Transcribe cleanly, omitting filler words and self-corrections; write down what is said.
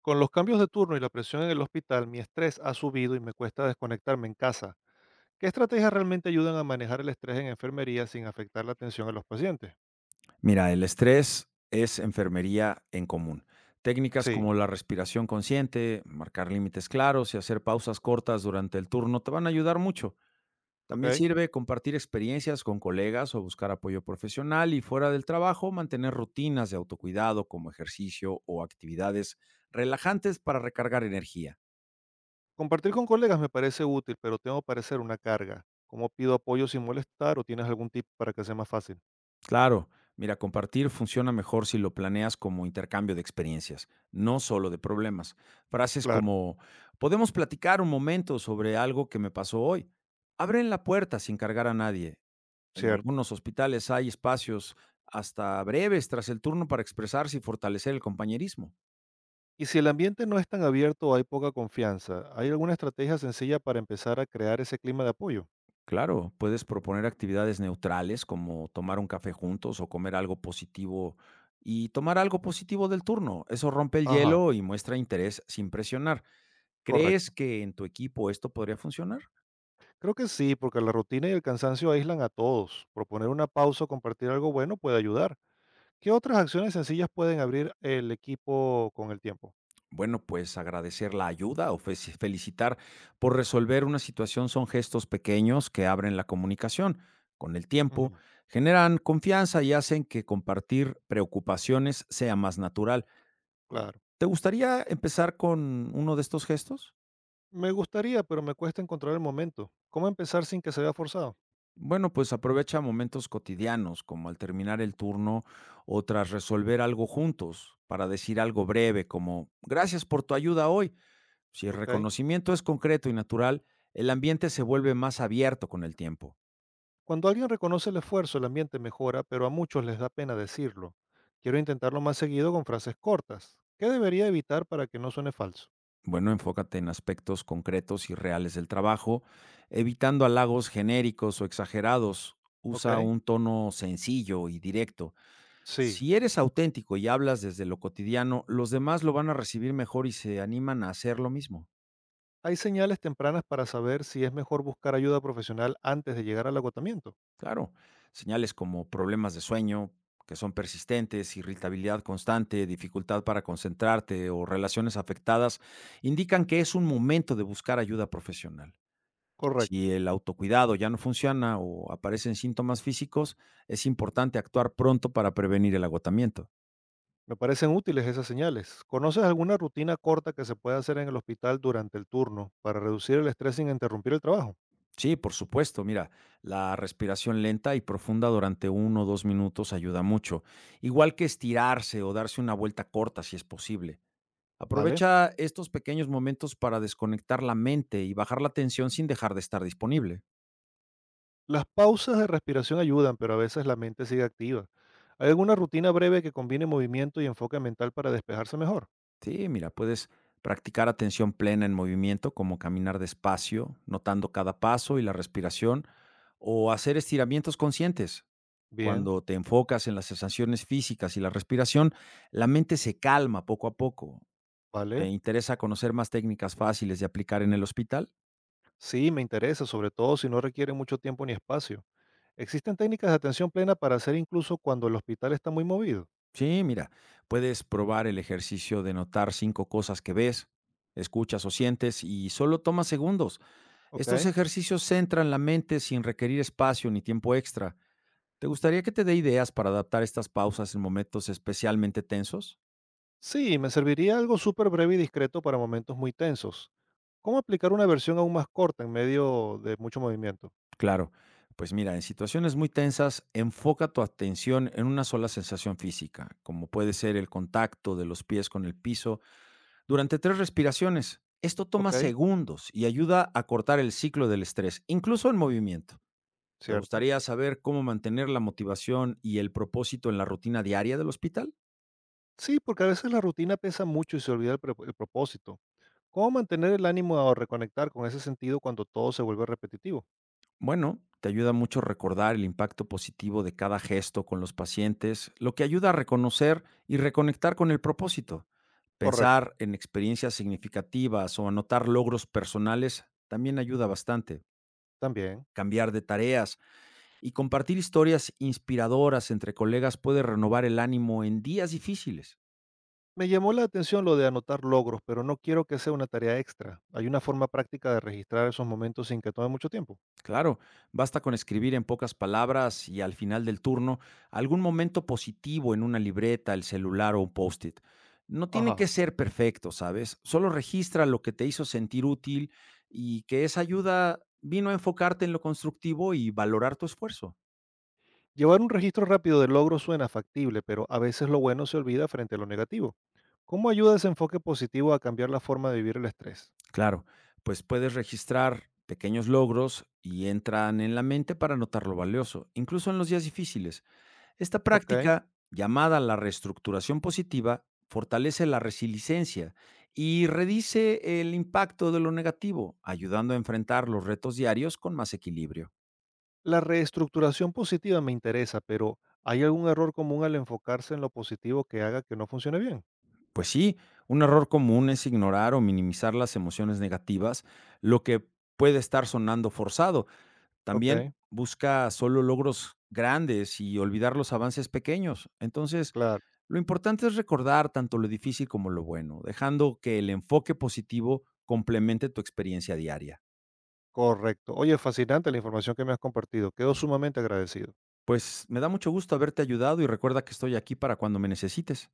Con los cambios de turno y la presión en el hospital, mi estrés ha subido y me cuesta desconectarme en casa. ¿Qué estrategias realmente ayudan a manejar el estrés en enfermería sin afectar la atención a los pacientes? Mira, el estrés es enfermería en común. Técnicas Sí, como la respiración consciente, marcar límites claros y hacer pausas cortas durante el turno te van a ayudar mucho. También ok. sirve compartir experiencias con colegas o buscar apoyo profesional y fuera del trabajo mantener rutinas de autocuidado como ejercicio o actividades relajantes para recargar energía. Compartir con colegas me parece útil, pero tengo parecer una carga. ¿Cómo pido apoyo sin molestar o tienes algún tip para que sea más fácil? Claro, mira, compartir funciona mejor si lo planeas como intercambio de experiencias, no solo de problemas. Frases Claro, como, podemos platicar un momento sobre algo que me pasó hoy. Abren la puerta sin cargar a nadie. En cierto. algunos hospitales hay espacios hasta breves tras el turno para expresarse y fortalecer el compañerismo. Y si el ambiente no es tan abierto o hay poca confianza, ¿hay alguna estrategia sencilla para empezar a crear ese clima de apoyo? Claro, puedes proponer actividades neutrales como tomar un café juntos o comer algo positivo y tomar algo positivo del turno. Eso rompe el Ajá, hielo y muestra interés sin presionar. ¿Crees correcto. que en tu equipo esto podría funcionar? Creo que sí, porque la rutina y el cansancio aíslan a todos. Proponer una pausa o compartir algo bueno puede ayudar. ¿Qué otras acciones sencillas pueden abrir el equipo con el tiempo? Bueno, pues agradecer la ayuda o felicitar por resolver una situación son gestos pequeños que abren la comunicación. Con el tiempo, Ujú, generan confianza y hacen que compartir preocupaciones sea más natural. claro. ¿Te gustaría empezar con uno de estos gestos? Me gustaría, pero me cuesta encontrar el momento. ¿Cómo empezar sin que se vea forzado? Bueno, pues aprovecha momentos cotidianos, como al terminar el turno o tras resolver algo juntos, para decir algo breve como, gracias por tu ayuda hoy. Si el Ok. reconocimiento es concreto y natural, el ambiente se vuelve más abierto con el tiempo. Cuando alguien reconoce el esfuerzo, el ambiente mejora, pero a muchos les da pena decirlo. Quiero intentarlo más seguido con frases cortas. ¿Qué debería evitar para que no suene falso? Bueno, enfócate en aspectos concretos y reales del trabajo, evitando halagos genéricos o exagerados. Usa Ok. un tono sencillo y directo. Sí. Si eres auténtico y hablas desde lo cotidiano, los demás lo van a recibir mejor y se animan a hacer lo mismo. ¿Hay señales tempranas para saber si es mejor buscar ayuda profesional antes de llegar al agotamiento? Claro, señales como problemas de sueño, que son persistentes, irritabilidad constante, dificultad para concentrarte o relaciones afectadas, indican que es un momento de buscar ayuda profesional. Correcto. Si el autocuidado ya no funciona o aparecen síntomas físicos, es importante actuar pronto para prevenir el agotamiento. Me parecen útiles esas señales. ¿Conoces alguna rutina corta que se pueda hacer en el hospital durante el turno para reducir el estrés sin interrumpir el trabajo? Sí, por supuesto, mira, la respiración lenta y profunda durante uno o dos minutos ayuda mucho, igual que estirarse o darse una vuelta corta si es posible. ¿Vale? Aprovecha estos pequeños momentos para desconectar la mente y bajar la tensión sin dejar de estar disponible. Las pausas de respiración ayudan, pero a veces la mente sigue activa. ¿Hay alguna rutina breve que combine movimiento y enfoque mental para despejarse mejor? Sí, mira, puedes practicar atención plena en movimiento, como caminar despacio, notando cada paso y la respiración, o hacer estiramientos conscientes. Bien, Cuando te enfocas en las sensaciones físicas y la respiración, la mente se calma poco a poco. ¿Te ¿vale? interesa conocer más técnicas fáciles de aplicar en el hospital? Sí, me interesa, sobre todo si no requiere mucho tiempo ni espacio. ¿Existen técnicas de atención plena para hacer incluso cuando el hospital está muy movido? Sí, mira, puedes probar el ejercicio de notar cinco cosas que ves, escuchas o sientes y solo toma segundos. Estos Ok. ejercicios centran la mente sin requerir espacio ni tiempo extra. ¿Te gustaría que te dé ideas para adaptar estas pausas en momentos especialmente tensos? Sí, me serviría algo súper breve y discreto para momentos muy tensos. ¿Cómo aplicar una versión aún más corta en medio de mucho movimiento? Claro, pues mira, en situaciones muy tensas, enfoca tu atención en una sola sensación física, como puede ser el contacto de los pies con el piso durante tres respiraciones. Esto toma Ok, segundos y ayuda a cortar el ciclo del estrés, incluso en movimiento. ¿Te cierto. gustaría saber cómo mantener la motivación y el propósito en la rutina diaria del hospital? Sí, porque a veces la rutina pesa mucho y se olvida el, el propósito. ¿Cómo mantener el ánimo o reconectar con ese sentido cuando todo se vuelve repetitivo? Bueno, te ayuda mucho recordar el impacto positivo de cada gesto con los pacientes, lo que ayuda a reconocer y reconectar con el propósito. Correcto, Pensar en experiencias significativas o anotar logros personales también ayuda bastante. también. Cambiar de tareas y compartir historias inspiradoras entre colegas puede renovar el ánimo en días difíciles. Me llamó la atención lo de anotar logros, pero no quiero que sea una tarea extra. ¿Hay una forma práctica de registrar esos momentos sin que tome mucho tiempo? Claro, basta con escribir en pocas palabras y al final del turno algún momento positivo en una libreta, el celular o un post-it. No tiene que Ajá. ser perfecto, ¿sabes? Solo registra lo que te hizo sentir útil y que esa ayuda vino a enfocarte en lo constructivo y valorar tu esfuerzo. Llevar un registro rápido de logros suena factible, pero a veces lo bueno se olvida frente a lo negativo. ¿Cómo ayuda ese enfoque positivo a cambiar la forma de vivir el estrés? Claro, pues puedes registrar pequeños logros y entran en la mente para notar lo valioso, incluso en los días difíciles. Esta Ok. práctica, llamada la reestructuración positiva, fortalece la resiliencia y redice el impacto de lo negativo, ayudando a enfrentar los retos diarios con más equilibrio. La reestructuración positiva me interesa, pero ¿hay algún error común al enfocarse en lo positivo que haga que no funcione bien? Pues sí, un error común es ignorar o minimizar las emociones negativas, lo que puede estar sonando forzado. Ok, También busca solo logros grandes y olvidar los avances pequeños. Entonces, claro, lo importante es recordar tanto lo difícil como lo bueno, dejando que el enfoque positivo complemente tu experiencia diaria. correcto. Oye, fascinante la información que me has compartido. Quedo sumamente agradecido. Pues me da mucho gusto haberte ayudado y recuerda que estoy aquí para cuando me necesites.